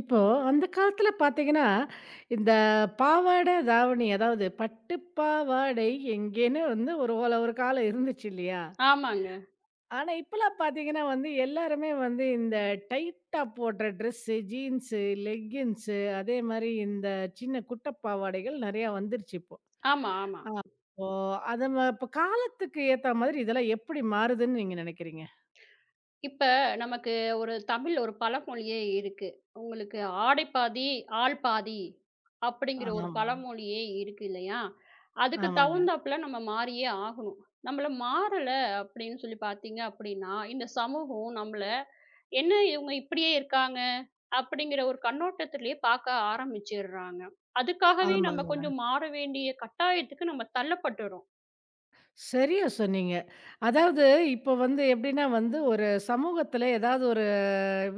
இப்போ அந்த காலத்துல பார்த்தீங்கன்னா, இந்த பாவாடை, தாவணி அதாவது பட்டு பாவாடை எங்கேன்னு வந்து ஒரு ஓல ஒரு காலம் இருந்துச்சு இல்லையா? ஆமாங்க. ஆனா இப்பலாம் பார்த்தீங்கன்னா வந்து எல்லாருமே வந்து இந்த டைட்டா போடுற ட்ரெஸ்ஸு, ஜீன்ஸு, லெக்கின்ஸு அதே மாரி இந்த சின்ன குட்ட பாவாடைகள் நெறையா வந்துருச்சு இப்போ. ஆமா, ஆமா. இப்போ அத இப்ப காலத்துக்கு ஏத்த மாதிரி இதெல்லாம் எப்படி மாறுதுன்னு நீங்க நெனைக்கிறீங்க? இப்ப நமக்கு ஒரு தமிழ் ஒரு பழமொழியே இருக்கு. உங்களுக்கு "ஆடை பாதி, ஆள் பாதி" அப்படிங்கிற ஒரு ஆமாங்க. பழமொழியே இருக்கு இல்லையா? அதுக்கு ஆமாங்க. தகுந்தாப்புல நம்ம மாறியே ஆகணும். நம்மள மாறல அப்படின்னு சொல்லி பார்த்தீங்க அப்படின்னா, இந்த சமூகம் நம்மள "என்ன இவங்க இப்படியே இருக்காங்க" அப்படிங்கிற ஒரு கண்ணோட்டத்திலேயே பார்க்க ஆரம்பிச்சிடுறாங்க. அதுக்காகவே நம்ம ஆமாங்க. கொஞ்சம் மாற வேண்டிய கட்டாயத்துக்கு நம்ம தள்ளப்பட்டுறோம். சரியா சொன்னீங்க. அதாவது இப்போ வந்து எப்படின்னா வந்து ஒரு சமூகத்தில ஏதாவது ஒரு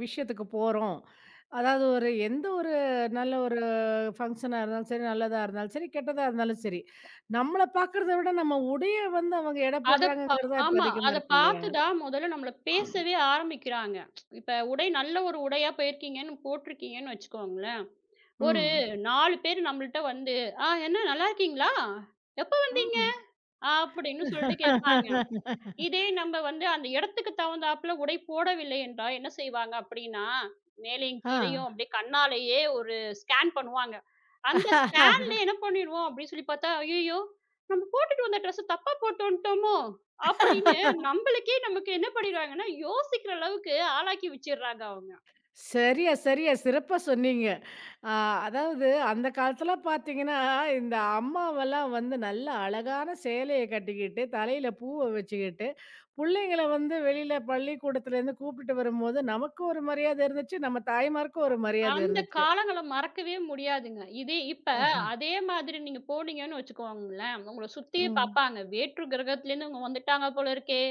விஷயத்துக்கு போறோம். அதாவது ஒரு எந்த ஒரு நல்ல ஒரு ஃபங்ஷனா இருந்தாலும் சரி, நல்லதா இருந்தாலும் சரி, கெட்டதா இருந்தாலும் சரி. நம்மள பார்க்கறத விட நம்ம உடைய வந்து அவங்க எடை அத பா போடுறாங்கங்கிறது தான் இப்ப ஆமா. அதிகமா அத இருக்கு இல்லையா? பார்த்து தான் முதல்ல நம்மள பேசவே ஆரம்பிக்கிறாங்க. இப்ப உடை நல்ல ஒரு உடையா போயிருக்கீங்கன்னு போட்டிருக்கீங்கன்னு வச்சுக்கோங்களேன். ஒரு ம். 4 பேர் நம்மள்ட்ட வந்து, "ஆ என்ன நல்லா இருக்கீங்களா? எப்ப" ம். அப்படின்னு சொல்லிட்டு கேட்பாங்க. இதே நம்ம வந்து அந்த இடத்துக்கு தகுந்தாப்புல உடை போடவில்லை என்றால் என்ன செய்வாங்க அப்படின்னா, மேலேயும் ஆ. கீழேயும் அப்படியே கண்ணாலேயே ஒரு ஸ்கேன் பண்ணுவாங்க. அந்த ஸ்கேன்ல என்ன பண்ணிடுவோம் அப்படின்னு சொல்லி பார்த்தா, "ஐயய்யோ! நம்ம போட்டுட்டு வந்த ட்ரெஸ்ஸ தப்பா போட்டு வந்துட்டோமோ!" அப்படின்னு நம்மளுக்கே நமக்கு என்ன பண்ணிடுவாங்கன்னா, யோசிக்கிற அளவுக்கு ஆளாக்கி வச்சுடுறாங்க அவங்க. சரியா, சரியா. சிறப்பா சொன்னீங்க. ஆ, அதாவது அந்த காலத்துல பாத்தீங்கன்னா, இந்த அம்மாவெல்லாம் வந்து நல்ல அழகான சேலைய கட்டிக்கிட்டு, தலையில பூவ வச்சுக்கிட்டு, புள்ளைங்கள வந்து வெளியில பள்ளிக்கூடத்துலேருந்து கூப்பிட்டுட்டு வரும்போது, நமக்கு ஒரு மரியாதை இருந்துச்சு, நம்ம தாய்மார்க்கும் ஒரு மரியாதை அந்த இருந்துச்சு. காலங்கள மறக்கவே முடியாதுங்க. இதே இப்ப ஆஹ. அதே மாதிரி நீங்க போனீங்கன்னு வச்சுக்கோங்களேன், உங்கள சுத்தி ம். பாப்பாங்க. வேற்று கிரகத்துலேருந்து இவங்க வந்துட்டாங்க போல இருக்கே!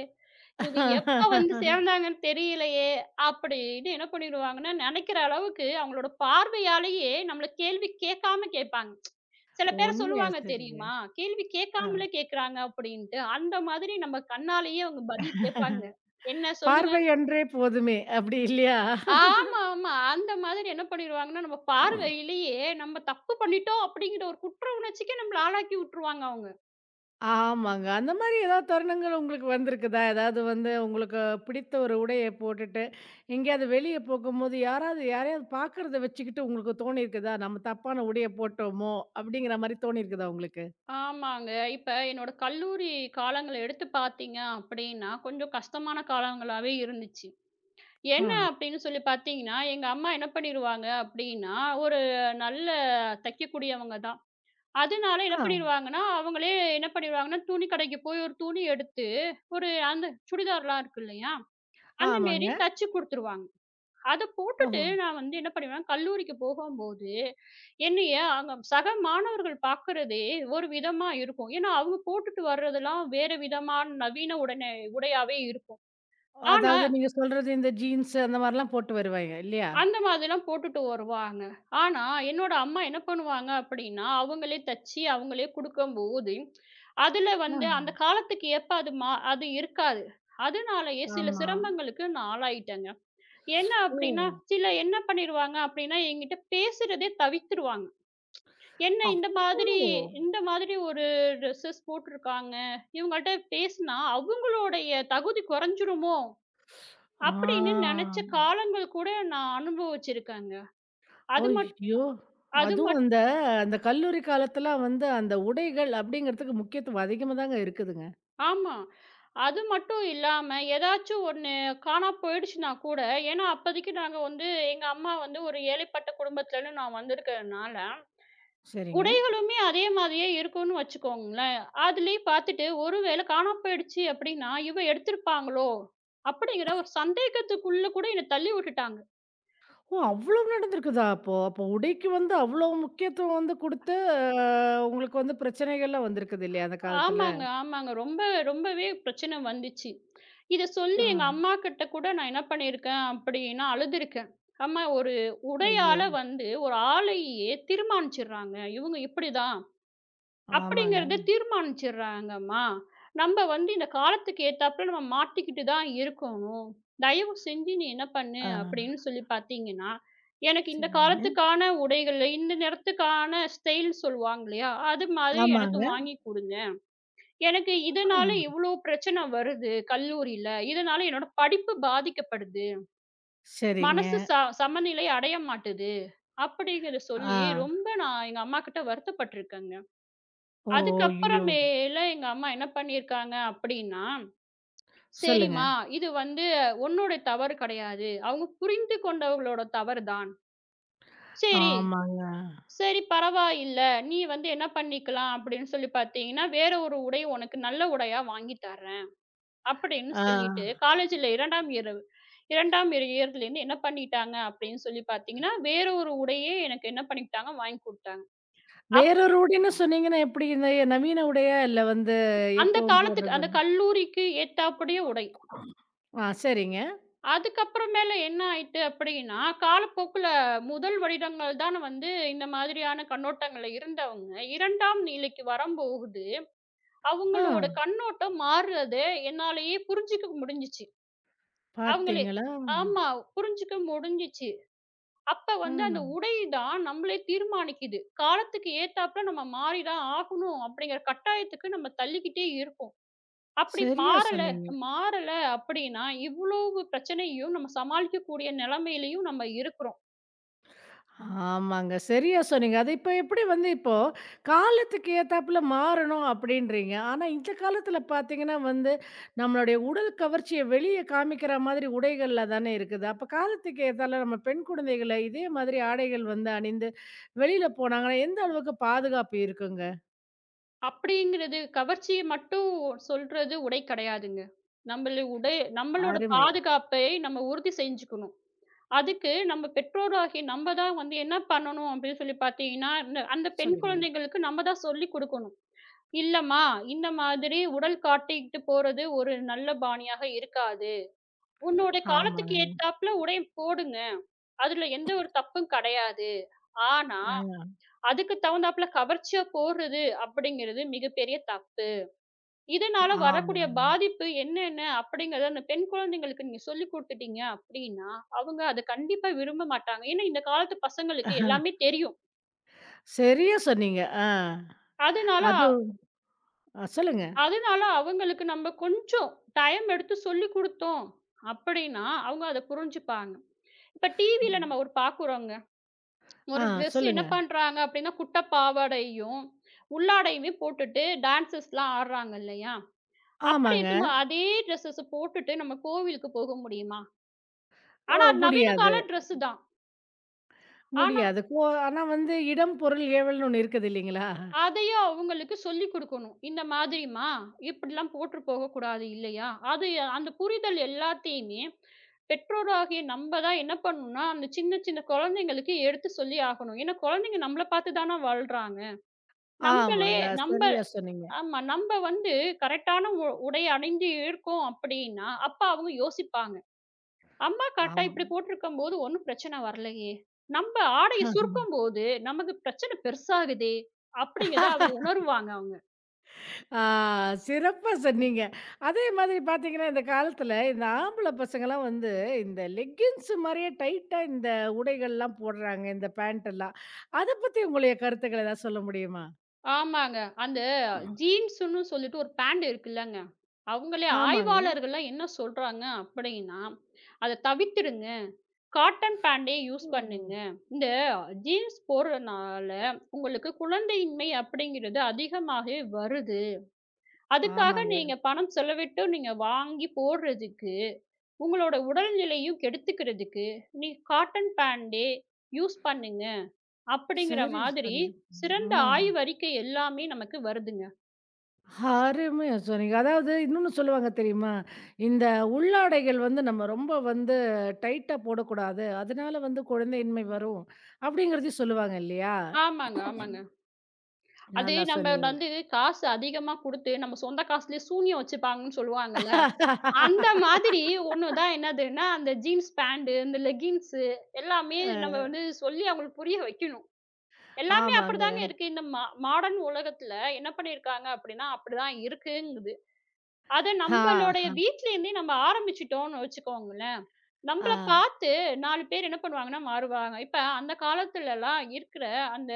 இவங்க எப்ப வந்து சேர்ந்தாங்கன்னு தெரியலையே! அப்படின்னு என்ன பண்ணிடுவாங்கன்னா, நெனைக்கிற அளவுக்கு அவங்களோட பார்வையாலேயே நம்மள கேள்வி கேட்காம கேட்பாங்க. சில பேர உண்மையா சொல்லுவாங்க சரிங்க. தெரியுமா? கேள்வி ஆ. கேட்காமலே கேட்குறாங்க அப்படின்ட்டு. அந்த மாதிரி நம்ம கண்ணாலேயே அவங்க பதில் கேட்பாங்க. என்ன சொல்லுங்க? பார்வை ஒன்றே போதுமே! அப்படி இல்லையா? ஆமா, ஆமா. அந்த மாதிரி என்ன பண்ணிருவாங்கன்னா, நம்ம பார்வையிலேயே நம்ம தப்பு பண்ணிட்டோம் அப்படிங்கிற ஒரு குற்ற உணர்ச்சிக்கு நம்மள ஆளாக்கி விட்டுருவாங்க அவங்க. ஆமாங்க. அந்த மாரி ஏதாவது தருணங்கள் உங்களுக்கு வந்திருக்குதா? ஏதாவது வந்து உங்களுக்கு பிடித்த ஒரு உடைய போட்டுட்டு, எங்கேயாவது வெளிய போகும்போது யாராவது யாரையாவது பார்க்கறத வச்சுக்கிட்டு உங்களுக்கு தோணியிருக்குதா? நம்ம தப்பான உடைய போட்டோமோ! அப்படிங்கிற மாரி தோணியிருக்குதா உங்களுக்கு? ஆமாங்க. இப்ப என்னோட கல்லூரி காலங்கள எடுத்து பார்த்தீங்க அப்படின்னா, கொஞ்சம் கஷ்டமான காலங்களாவே இருந்துச்சு. ஆ. என்ன அப்படின்னு சொல்லி பார்த்தீங்கன்னா, எங்க அம்மா என்ன பண்ணிருவாங்க அப்படின்னா, ஒரு நல்ல தைக்கக்கூடியவங்க தான். அதனால என்ன ஆ. பண்ணிருவாங்கன்னா, அவங்களே என்ன பண்ணிருவாங்கன்னா, துணி கடைக்கு போய் ஒரு துணி எடுத்து, ஒரு அந்த சுடிதார்லாம் இருக்கு இல்லையா? அந்த மேரி ஆமாங்க. தச்சு குடுத்துருவாங்க. அத போட்டுட்டு ஓஹோ! நான் வந்து என்ன பண்ணுவேன்னா, கல்லூரிக்கு போகும்போது, என்னைய அங்க சக மாணவர்கள் பார்க்கறதே ஒரு விதமா இருக்கும். ஏன்னா, அவங்க போட்டுட்டு வர்றதெல்லாம் வேற விதமான நவீன உடையாவே இருக்கும். ஆனா, அதாவது நீங்க சொல்றது இந்த ஜீன்ஸ் அந்த மாரிலாம் போட்டு வருவாய்ங்க இல்லையா? அந்த மாதிரிலாம் போட்டுட்டு வருவாங்க. ஆனா, என்னோட அம்மா என்ன பண்ணுவாங்க அப்படின்னா, அவங்களே தச்சு, அவங்களே குடுக்கும்போது, அதுல ஆ. வந்து அந்த காலத்துக்கு ஏற்ப அது அது இருக்காது. அதனாலயே சில ஆமா. சிரமங்களுக்கு நான் ஆளாயிட்டேங்க. என்ன அப்டின்னா, ஓ! சில என்ன பண்ணிருவாங்க அப்டின்னா, என்கிட்ட பேசுறதே தவிர்த்துருவாங்க. என்ன இந்த மாதிரி அவ்ளோ! இந்த மாதிரி ஒரு ட்ரெஸ்ஸஸ் போட்டுருக்காங்க. இவங்கள்ட்ட பேசுனா அவங்களுடைய தகுதி குறைஞ்சிருமோ! அப்படின்னு நெனச்ச ஆ. காலங்கள் கூட நான் அனுபவிச்சிருக்கேங்க. அது மட் ஐயோ! அது அதுவும் மட் அந்த அந்த கல்லூரி காலத்துலாம் வந்து அந்த உடைகள் அப்படிங்கிறதுக்கு முக்கியத்துவம் அதிகமா தாங்க இருக்குதுங்க. ஆமா. அது மட்டும் இல்லாம ஏதாச்சும் ஒண்ணு காணா போயிடுச்சுனா கூட ஏன்னா அப்போதைக்கு நாங்க வந்து எங்க அம்மா வந்து ஒரு ஏழைப்பட்ட குடும்பத்துலருந்து நான் வந்திருக்கிறதுனால சரிங்க. உடைகளுமே அதே மாதிரியே இருக்கும்னு வச்சுக்கோங்களேன். அதுலயே பார்த்துட்டு, ஒருவேளை காணாம போயிடுச்சு அப்டின்னா, இவ எடுத்திருப்பாங்களோ? அப்படிங்கிற ஒரு சந்தேகத்துக்குள்ள கூட என்ன தள்ளி விட்டுட்டாங்க. ஓ! அவ்வளோ நடந்திருக்குதா அப்போ? அப்போ உடைக்கு வந்து அவ்வளோ முக்கியத்துவம் வந்து குடுத்து அ உங்களுக்கு வந்து பிரச்சனைகள்லாம் வந்திருக்குது இல்லையா அந்த காலத்துல? ஆமாங்க, ஆமாங்க. ரொம்ப ரொம்பவே பிரச்சனை வந்துச்சு. இத சொல்லி ஆ. எங்க அம்மாகிட்ட கூட நான் என்ன பண்ணியிருக்கேன் அப்டின்னா, அழுதுருக்கேன். அம்மா ஒரு ஐயோ! உடையால வந்து ஒரு ஆளையே தீர்மானிச்சுடுறாங்க. இவங்க இப்படிதான். ஆமாங்க. அப்படிங்கிறத தீர்மானிச்சுடுறாங்கம்மா. நம்ம வந்து இந்த காலத்துக்கு ஏத்தாப்புல நம்ம மாத்திக்கிட்டு தான் இருக்கணும். தயவு செஞ்சு நீ என்ன பண்ணு ஆ. அப்படின்னு சொல்லி பார்த்தீங்கன்னா, எனக்கு இந்த சரிங்க. காலத்துக்கான உடைகள், இந்த நேரத்துக்கான ஸ்டைல் சொல்லுவாங்க இல்லையா? அது மாதிரி எனக்கு ஆமாங்க. வாங்கி குடுங்க. எனக்கு இதனால ஆ. இவ்ளோ பிரச்சனை வருது கல்லூரியில. இதனால என்னோட படிப்பு பாதிக்கப்படுது. சரிங்க. மனசு சமநிலை அடைய மாட்டுது. அப்படிங்கிறத சொல்லி ஆ. ரொம்ப நான் எங்க அம்மாகிட்ட வருத்தப்பட்டுருக்கேங்க. ஓ! ஐயோ! அதுக்கப்புறமேல எங்க அம்மா என்ன பண்ணியிருக்காங்க அப்படின்னா, சொல்லுங்க. "சரிம்மா, இது வந்து உன்னோட தவறு கிடையாது. அவங்க புரிந்து கொண்டவங்களோட தவறு தான். சரி, ஆமாங்க. சரி பரவாயில்ல. நீ வந்து என்ன பண்ணிக்கலாம் அப்படின்னு சொல்லி பார்த்தீங்கன்னா, வேற ஒரு உடை உனக்கு நல்ல உடையா வாங்கி தர்றேன்." அப்படின்னு ஆ. சொல்லிட்டு காலேஜ்ல 2ஆம் இரவு 2ஆம் இயர் இரண்டாம் இயர்லேருந்து என்ன பண்ணிட்டாங்க அப்படின்னு சொல்லி பார்த்தீங்கன்னா, வேற ஒரு உடையே எனக்கு என்ன பண்ணிக்கிட்டாங்க, வாங்கி குடுத்தாங்க. அப் வேறொரு உடைன்னு சொன்னீங்கன்னா எப்படி? இந்த நவீன உடையா? இல்ல வந்து அந்த எப்பவும் காலத்துக்கு போடுறதா? அந்த கல்லூரிக்கு ஏத்தாப்படியே உடை. ஆ சரிங்க. அதுக்கப்புறமேல என்ன ஆயிட்டு அப்படின்னா, காலப்போக்குல முதல் வருடங்கள் தான் வந்து இந்த மாதிரியான கண்ணோட்டங்கள்ல இருந்தவங்க, 2ஆம் நிலைக்கு வரம்போகுது, ஆ அவங்களோட கண்ணோட்டம் மாறுறத என்னாலயே புரிஞ்சுக்க முடிஞ்சுச்சு. அவங்களே பார்த்தீங்களா? ஆமா, புரிஞ்சுக்க முடிஞ்சுச்சு. அப்ப ஆ வந்து அந்த உடை தான் நம்மளே தீர்மானிக்குது. காலத்துக்கு ஏத்தாப்புல நம்ம மாறி தான் ஆகணும் அப்படிங்கிற கட்டாயத்துக்கு நம்ம தள்ளிக்கிட்டே இருக்கோம். அப்படி சரியா மாறல சொன்னீங்க. மாறல அப்படின்னா, இவ்வளவு பிரச்சனையும் நம்ம சமாளிக்கக்கூடிய நிலைமையிலயும் நம்ம இருக்கிறோம். ஆமாங்க. சரியா சொன்னீங்க. அது இப்ப எப்படி வந்து இப்போ காலத்துக்கு ஏத்தாப்புல மாறணும் அப்படின்றீங்க. ஆனா இந்த காலத்துல பார்த்தீங்கன்னா வந்து, நம்மளுடைய உடல் கவர்ச்சிய வெளிய காமிக்கிற மாதிரி உடைகள்ல தானே இருக்குது. அப்ப காலத்துக்கு ஏத்தால நம்ம பெண் குழந்தைகள இதே மாதிரி ஆடைகள் வந்து அணிந்து வெளியில போனாங்கன்னா, எந்த அளவுக்கு பாதுகாப்பு இருக்குங்க? அப்படிங்கிறது கவர்ச்சிய மட்டும் சொல்றது உடை கிடையாதுங்க. நம்மள உடை நம்மளோட அருமை. பாதுகாப்பை நம்ம உறுதி செஞ்சுக்கணும். அதுக்கு நம்ம பெற்றோராகிய நம்ம தான் வந்து என்ன பண்ணணும் அப்படின்னு சொல்லி பார்த்தீங்கன்னா, இந்த அந்த பெண் சொல்லுங்க. குழந்தைகளுக்கு நம்ம தான் சொல்லிக் குடுக்கணும். இல்லம்மா, இந்த மாதிரி உடல் காட்டிக்கிட்டு போறது ஒரு நல்ல பாணியாக இருக்காது. உன்னோட காலத்துக்கு ஆமாங்க. ஏத்தாப்புல உடை போடுங்க. அதுல எந்த ஒரு தப்பும் கடையாது. ஆனா, ஆ அதுக்கு தகுந்தாப்ல கவர்ச்சியா போடுறது அப்படிங்கிறது மிகப்பெரிய தப்பு. இதனால வரக்கூடிய ஆமாங்க. பாதிப்பு என்னென்ன அப்படிங்கிறத அந்த பெண் குழந்தைங்களுக்கு நீங்க சொல்லிக் குடுத்துட்டீங்க அப்படின்னா, அவங்க அத கண்டிப்பா விரும்ப மாட்டாங்க. ஏன்னா, இந்த காலத்து பசங்களுக்கு எல்லாமே தெரியும். சரியா சொன்னீங்க. ஆ. அதனால அது ஆ சொல்லுங்க. அதனால அவங்களுக்கு நம்ம கொஞ்சம் டைம் எடுத்து சொல்லிக் குடுத்தோம் அப்படின்னா, அவங்க அத புரிஞ்சுப்பாங்க. இப்ப டிவில நம்ம ஒரு பாக்குறோங்க. ஒரு ஆ ட்ரெஸ் என்ன சொல்லுங்க. பண்றாங்க அப்படின்னா, குட்ட பாவாடையும், உள்ளாடையுமே போட்டுட்டு டான்ஸஸ்லாம் ஆடுறாங்க இல்லையா? அப்படி ஆமாங்க. இருக்கும்போ அதே ட்ரெஸ்ஸஸ போட்டுட்டு நம்ம கோவிலுக்கு போக முடியுமா? ஓ ஆனா, அது நவீன முடியாது, கால ட்ரெஸ் தான். ஆனா, முடியாது. கோ ஆனா வந்து இடம், பொருள், ஏவல்னு ஒண்ணு இருக்குது இல்லீங்களா? அதையும் அவங்களுக்கு சொல்லிக் குடுக்கணும். இந்த மாதிரிம்மா, இப்படிலாம் போட்டு போகக்கூடாது இல்லையா? அது அந்த புரிதல் எல்லாத்தையுமே பெற்றோராகிய நம்ப தான் என்ன பண்ணணும்னா, அந்த சின்ன சின்ன குழந்தைங்களுக்கு எடுத்து சொல்லி ஆகணும். ஏன்னா, குழந்தைங்க நம்மள பார்த்து தான வளர்றாங்க. நம்பளே ஆமாங்க. நம்ப சரியா சொன்னீங்க. ஆமா. நம்ப வந்து கரெக்டான உடை அணிந்து இருக்கோம் அப்படின்னா, அப்ப அவங்க யோசிப்பாங்க. அம்மா கரெக்ட்டா ஆமா. இப்படி போட்டிருக்கும்போது ஒண்ணும் பிரச்சனை வரலையே. நம்ப ஆடைய சுருக்கும்போது நமக்கு பிரச்சனை பெருசாகுதே! அப்படிங்கிறத அவங்க உணருவாங்க அவங்க. ஆ சிறப்பா சொன்னீங்க. அதே மாதிரி பார்த்தீங்கன்னா, இந்த காலத்துல இந்த ஆம்பள பசங்கலாம் வந்து இந்த லெக்கின்ஸ் மாரியே டைட்டா இந்த உடைகள்லாம் போடுறாங்க. இந்த பேண்ட் எல்லாம். அத பத்தி உங்களுடைய கருத்துக்கள் ஏதாவது சொல்ல முடியுமா? ஆமாங்க. அந்த ஜீன்ஸுன்னு சொல்லிட்டு ஒரு பேண்ட் இருக்குல்லங்க. அவங்களே ஆமாங்க. ஆய்வாளர்கள்லாம் என்ன சொல்றாங்க அப்படின்னா, "அத தவிர்த்துடுங்க. காட்டன் பேண்டே யூஸ் ஓ! பண்ணுங்க. இந்த ஜீன்ஸ் போடுறனால உங்களுக்கு குழந்தையின்மை அப்படிங்கிறது அதிகமாகவே வருது. அதுக்காக ஆமாங்க. நீங்க பணம் செலவிட்டு நீங்க வாங்கி போடுறதுக்கு, உங்களோட உடல்நிலையும் கெடுத்துக்கிறதுக்கு, நீ காட்டன் பேண்டே யூஸ் பண்ணுங்க. அப்படிங்கிற சரி மாதிரி சொல்லிருக்கீங்க. சிறந்த ஆ. ஆய்வறிக்கை எல்லாமே நமக்கு வருதுங்க. அருமையா சொன்னீங்க. அதாவது இன்னொன்னு சொல்லுவாங்க தெரியுமா? இந்த உள்ளாடைகள் வந்து நம்ம ரொம்ப வந்து டைட்டா போடக்கூடாது. அதனால வந்து குழந்தையின்மை வரும். அப்படிங்கிறதையும் சொல்லுவாங்க இல்லையா? ஆமாங்க, ஆமாங்க. அது நல்லா நம்ம சொன்னீங்க. வந்து காசு அதிகமா குடுத்து, நம்ம சொந்த காசுலயே சூனியம் வச்சுப்பாங்கன்னு சொல்லுவாங்கல்ல. அந்த மாதிரி ஒண்ணு தான் என்னதுன்னா, அந்த ஜீன்ஸ் பேண்ட், இந்த லெக்கின்ஸு எல்லாமே அ நம்ம வந்து சொல்லி அவங்களுக்கு புரிய வைக்கணும். எல்லாமே ஆமாங்க. அப்படிதாங்க இருக்கு. இந்த மாடர்ன் உலகத்துல என்ன பண்ணியிருக்காங்க அப்படின்னா, அப்படிதான் இருக்குங்குது. அத ஆ, நம்பளுடைய வீட்லேருந்தே நம்ம ஆரம்பிச்சுட்டோம்னு வச்சுக்கோங்களேன், ஆ. நம்பள பார்த்து 4 பேர் என்ன பண்ணுவாங்கன்னா மாறுவாங்க. இப்ப அந்த காலத்துலலாம் இருக்கிற அந்த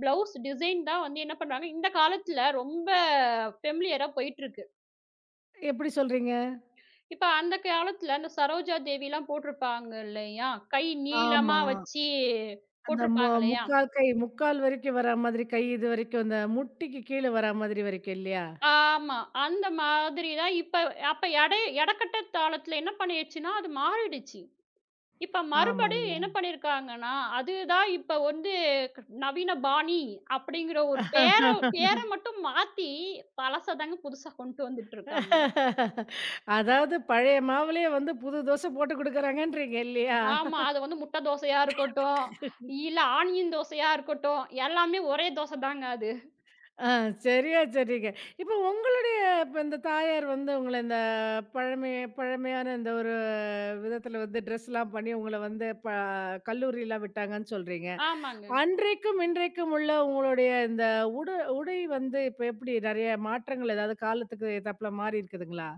ப்ளவுஸ் டிசைன் தான் வந்து என்ன பண்றாங்க, இந்த காலத்துல ரொம்ப ஃபெமிலியரா போயிட்டுருக்கு. எப்படி சொல்றீங்க? இப்ப அந்த காலத்துல அந்த சரோஜா தேவிலாம் போட்டிருப்பாங்க இல்லையா? கை நீளமா ஆமா. வச்சு அந்த போட்டிருப்பாங்க இல்லையா? முக்கால் கை, முக்கால் வரைக்கும் வரா மாதிரி கை இதுவரைக்கும் அந்த முட்டிக்கு கீழ வரா மாதிரி வரைக்கும் இல்லையா? ஆமா. அந்த மாதிரி தான் இப்ப அப்ப எடை எடக்கட்ட தாளத்துல என்ன பண்ணிடுச்சுன்னா, அது மாறிடுச்சு. இப்ப ஆமாங்க. மறுபடியும் என்ன பண்ணியிருக்காங்கன்னா, அதுதான் இப்ப வந்து நவீன பாணி அப்படிங்கிற ஒரு பேர பேர மட்டும் மாத்தி, பழச தாங்க புதுசா கொண்டு வந்துட்டு இருக்காங்க. அதாவது பழைய மாவுலயே வந்து புது தோசை போட்டு குடுக்குறாங்கன்றீங்க இல்லையா? ஆமா. அது வந்து முட்டை தோசையா இருக்கட்டும், இல்ல ஆனியன் தோசையா இருக்கட்டும், எல்லாமே ஒரே தோசை தாங்க அது. ஆ சரியா சொன்னீங்க. இப்போ உங்களுடைய இப்ப இந்த தாயார் வந்து உங்கள இந்த பழமை பழமையான இந்த ஒரு விதத்துல வந்து ட்ரெஸ்லாம் பண்ணி உங்கள வந்து ப கல்லூரிலாம் விட்டாங்கன்னு சொல்றீங்க. ஆமாங்க. அன்றைக்கும், இன்றைக்கும் உள்ள உங்களுடைய இந்த உட உடை வந்து இப்ப எப்படி நெறைய மாற்றங்கள் ஏதாவது காலத்துக்கு ஏத்தாப்புல மாறி இருக்குதுங்களா?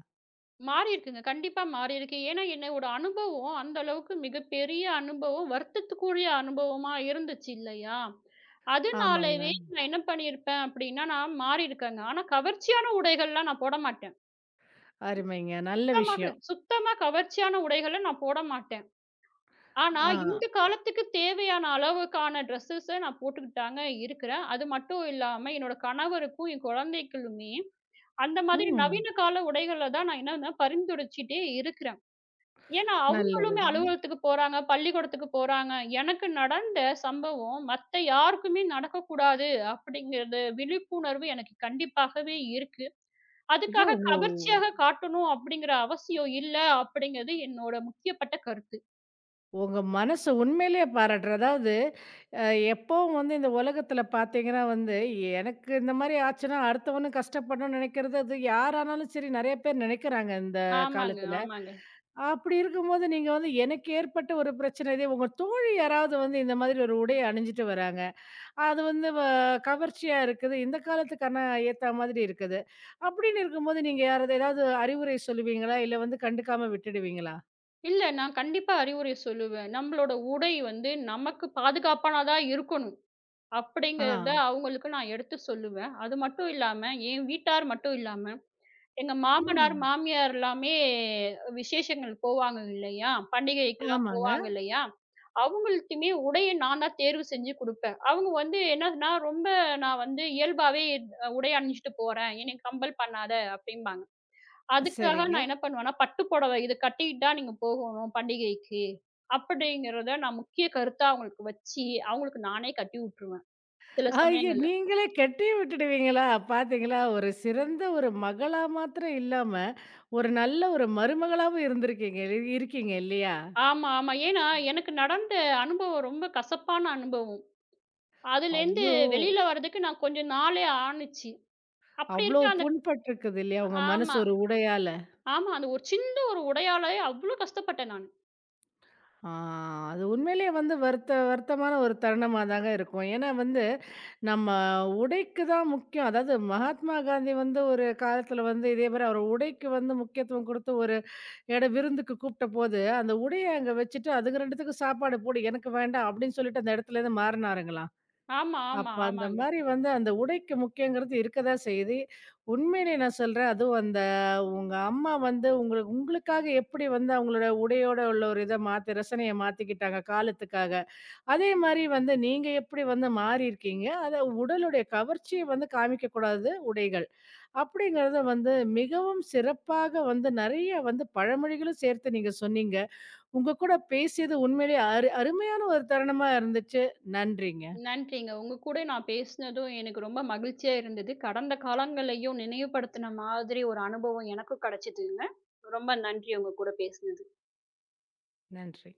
மாறியிருக்குங்க. கண்டிப்பா மாறியிருக்கு. ஏன்னா, என்னோட அனுபவம் அந்த அளவுக்கு மிகப்பெரிய அனுபவம், வருத்தத்துக்குரிய அனுபவமா இருந்துச்சு இல்லையா? ஆமாங்க. அதனாலவே நான் என்ன பண்ணியிருப்பேன் அப்படின்னா, நான் மாறியிருக்கேங்க. ஆனா கவர்ச்சியான உடைகள்லாம் நான் போட மாட்டேன். அருமைங்க. நல்ல சுத்தமாக விஷயம். சுத்தமா கவர்ச்சியான உடைகள நான் போட மாட்டேன். ஆனா, ஆ. இந்த காலத்துக்கு தேவையான அளவுக்கான ட்ரெஸ்ஸஸ நான் போட்டுக்கிட்டாங்க இருக்கிறேன். அது மட்டும் இல்லாம என்னோட கணவருக்கும், என் குழந்தைகளுமே அந்த மாதிரி ம். நவீன கால உடைகள தான் நான் என்னன்னா பரிந்துரைச்சுட்டே இருக்கிறேன். ஏன்னா, அவங்களுமே நல்லதுங்க. அலுவலகத்துக்கு போறாங்க, பள்ளிக்கூடத்துக்கு போறாங்க. எனக்கு நடந்த சம்பவம் மத்த யாருக்குமே நடக்கக்கூடாது அப்படிங்கிறது விழிப்புணர்வு எனக்கு கண்டிப்பாகவே இருக்கு. ஐயோ! அதுக்காக உங்க கவர்ச்சியாக காட்டணும் அப்படிங்கிற அவசியம் இல்ல அப்படிங்கிறது என்னோட முக்கியப்பட்ட கருத்து. உங்க மனசு உண்மையிலேயே பாராட்டுறேன். அதாவது, அ எப்பவும் வந்து இந்த உலகத்தில பார்த்தீங்கன்னா வந்து, எனக்கு இந்த மாரி ஆச்சுன்னா, அடுத்தவனும் கஷ்டப்படணும்னு நினைக்கிறது, அது யாரானாலும் சரி நெறைய பேர் நினைக்கிறாங்க இந்த ஆமாங்க, காலத்தில. ஆமாங்க. அப்படி இருக்கும்போது நீங்க வந்து எனக்கு ஏற்பட்ட ஒரு பிரச்சனை, இதே உங்க தோழி யாராவது வந்து இந்த மாதிரி ஒரு உடைய அணிஞ்சுட்டு வராங்க. அது வந்து கவர்ச்சியா இருக்குது. இந்த காலத்துக்கான ஏத்த மாதிரி இருக்குது. அப்படின்னு இருக்கும்போது நீங்க யாராவது ஏதாவது அறிவுரை சொல்லுவீங்களா? இல்ல வந்து கண்டுக்காம விட்டுடுவீங்களா? இல்ல நான் கண்டிப்பா அறிவுரை சொல்லுவேன். நம்மளோட உடை வந்து நமக்கு பாதுகாப்பானதா இருக்கணும். ஆ. அப்படிங்கிறத அவங்களுக்கு நான் எடுத்து சொல்லுவேன். அது மட்டும் இல்லாம என் வீட்டார் மட்டும் இல்லாம எங்க மாமனார், ம். மாமியார் எல்லாமே விசேஷங்கள் போவாங்க இல்லையா? பண்டிகைக்கெல்லாம் ஆமாங்க. போவாங்க இல்லையா? அவங்களுக்குமே உடைய நான் தான் தேர்வு செஞ்சு குடுப்பேன். அவங்க வந்து என்னன்னா, ரொம்ப நான் வந்து இயல்பாவே உடை அணிஞ்சுட்டு போறேன். என்னைய கம்பல் பண்ணாத அப்படிம்பாங்க. அதுக்காக சரிங்க. நான் என்ன பண்ணுவேன்னா, பட்டு புடவை இது கட்டிக்கிட்டு தான் நீங்க போகணும் பண்டிகைக்கு. அப்படிங்கிறத நான் முக்கிய கருத்தா அவங்களுக்கு வச்சு, அவங்களுக்கு நானே கட்டி உட்டுருவேன். சில ஐய! சமயங்கள்ல. நீங்களே கெட்டியும் விட்டுடுவீங்களா? பாத்தீங்களா, ஒரு சிறந்த ஒரு மகளா மாத்திரம் இல்லாம, ஒரு நல்ல ஒரு மருமகளாவும் இருந்திருக்கீங்க இருக்கீங்க இல்லையா? ஆமா, ஆமா. ஏன்னா, எனக்கு நடந்த அனுபவம் ரொம்ப கசப்பான அனுபவம். அதுலேருந்து அவ்ளோ வெளியில வர்றதுக்கு நான் கொஞ்சம் நாளே ஆணுச்சு. அப்படி அவ்ளோ இருக்க அந்த புண்பட்டிருக்குது இல்லையா? உங்க மனசு ஆமா, ஒரு உடையால. ஆமா. அந்த ஒரு சின்ன ஒரு உடையாலயே அவ்ளோ கஷ்டப்பட்டேன் நானு. ஆ, அது உண்மையிலேயே வந்து வருத்த வருத்தமான ஒரு தருணமா தாங்க இருக்கும். ஏன்னா வந்து, நம்ம உடைக்கு தான் முக்கியம். அதாவது மகாத்மா காந்தி வந்து ஒரு காலத்துல வந்து இதே மாரி அவர் உடைக்கு வந்து முக்கியத்துவம் குடுத்து ஒரு எட விருந்துக்கு கூப்ட்டபோது, அந்த உடைய அங்க வச்சுட்டு, "அதுங்க இரண்டுக்கும் சாப்பாடு போடு, எனக்கு வேண்டாம்" அப்டின்னு சொல்லிட்டு அந்த இடத்துலேருந்து மாறுனாருங்களா? ஆமா, ஆமா, அப்ப அந்த ஆமாங்க. மாரி வந்து அந்த உடைக்கு முக்கியங்கிறது இருக்கதான் செய்யுது. உண்மையிலே நான் சொல்றேன், அதுவும் அந்த உங்க அம்மா வந்து உங்களுக்கு உங்களுக்காக எப்படி வந்து அவங்களோட உடையோட உள்ள ஒரு இத மாத்தி ரசனைய மாத்திக்கிட்டாங்க காலத்துக்காக. அதே மாரி வந்து நீங்க எப்படி வந்து மாறியிருக்கீங்க? அத உடலுடைய கவர்ச்சிய வந்து காமிக்கக்கூடாது உடைகள். அப்படிங்கிறத வந்து மிகவும் சிறப்பாக வந்து நெறைய வந்து பழமொழிகளும் சேர்த்து நீங்க சொன்னீங்க. உங்க கூட பேசியது உண்மையிலேயே அரு அருமையான ஒரு தருணமா இருந்துச்சு. நன்றிங்க. நன்றிங்க. உங்க கூட நான் பேசினதும் எனக்கு ரொம்ப மகிழ்ச்சியா இருந்தது. கடந்த காலங்களையும் நினைவுபடுத்தின மாதிரி ஒரு அனுபவம் எனக்கும் கிடைச்சதுங்க. ரொம்ப நன்றி உங்க கூட பேசினது. நன்றி.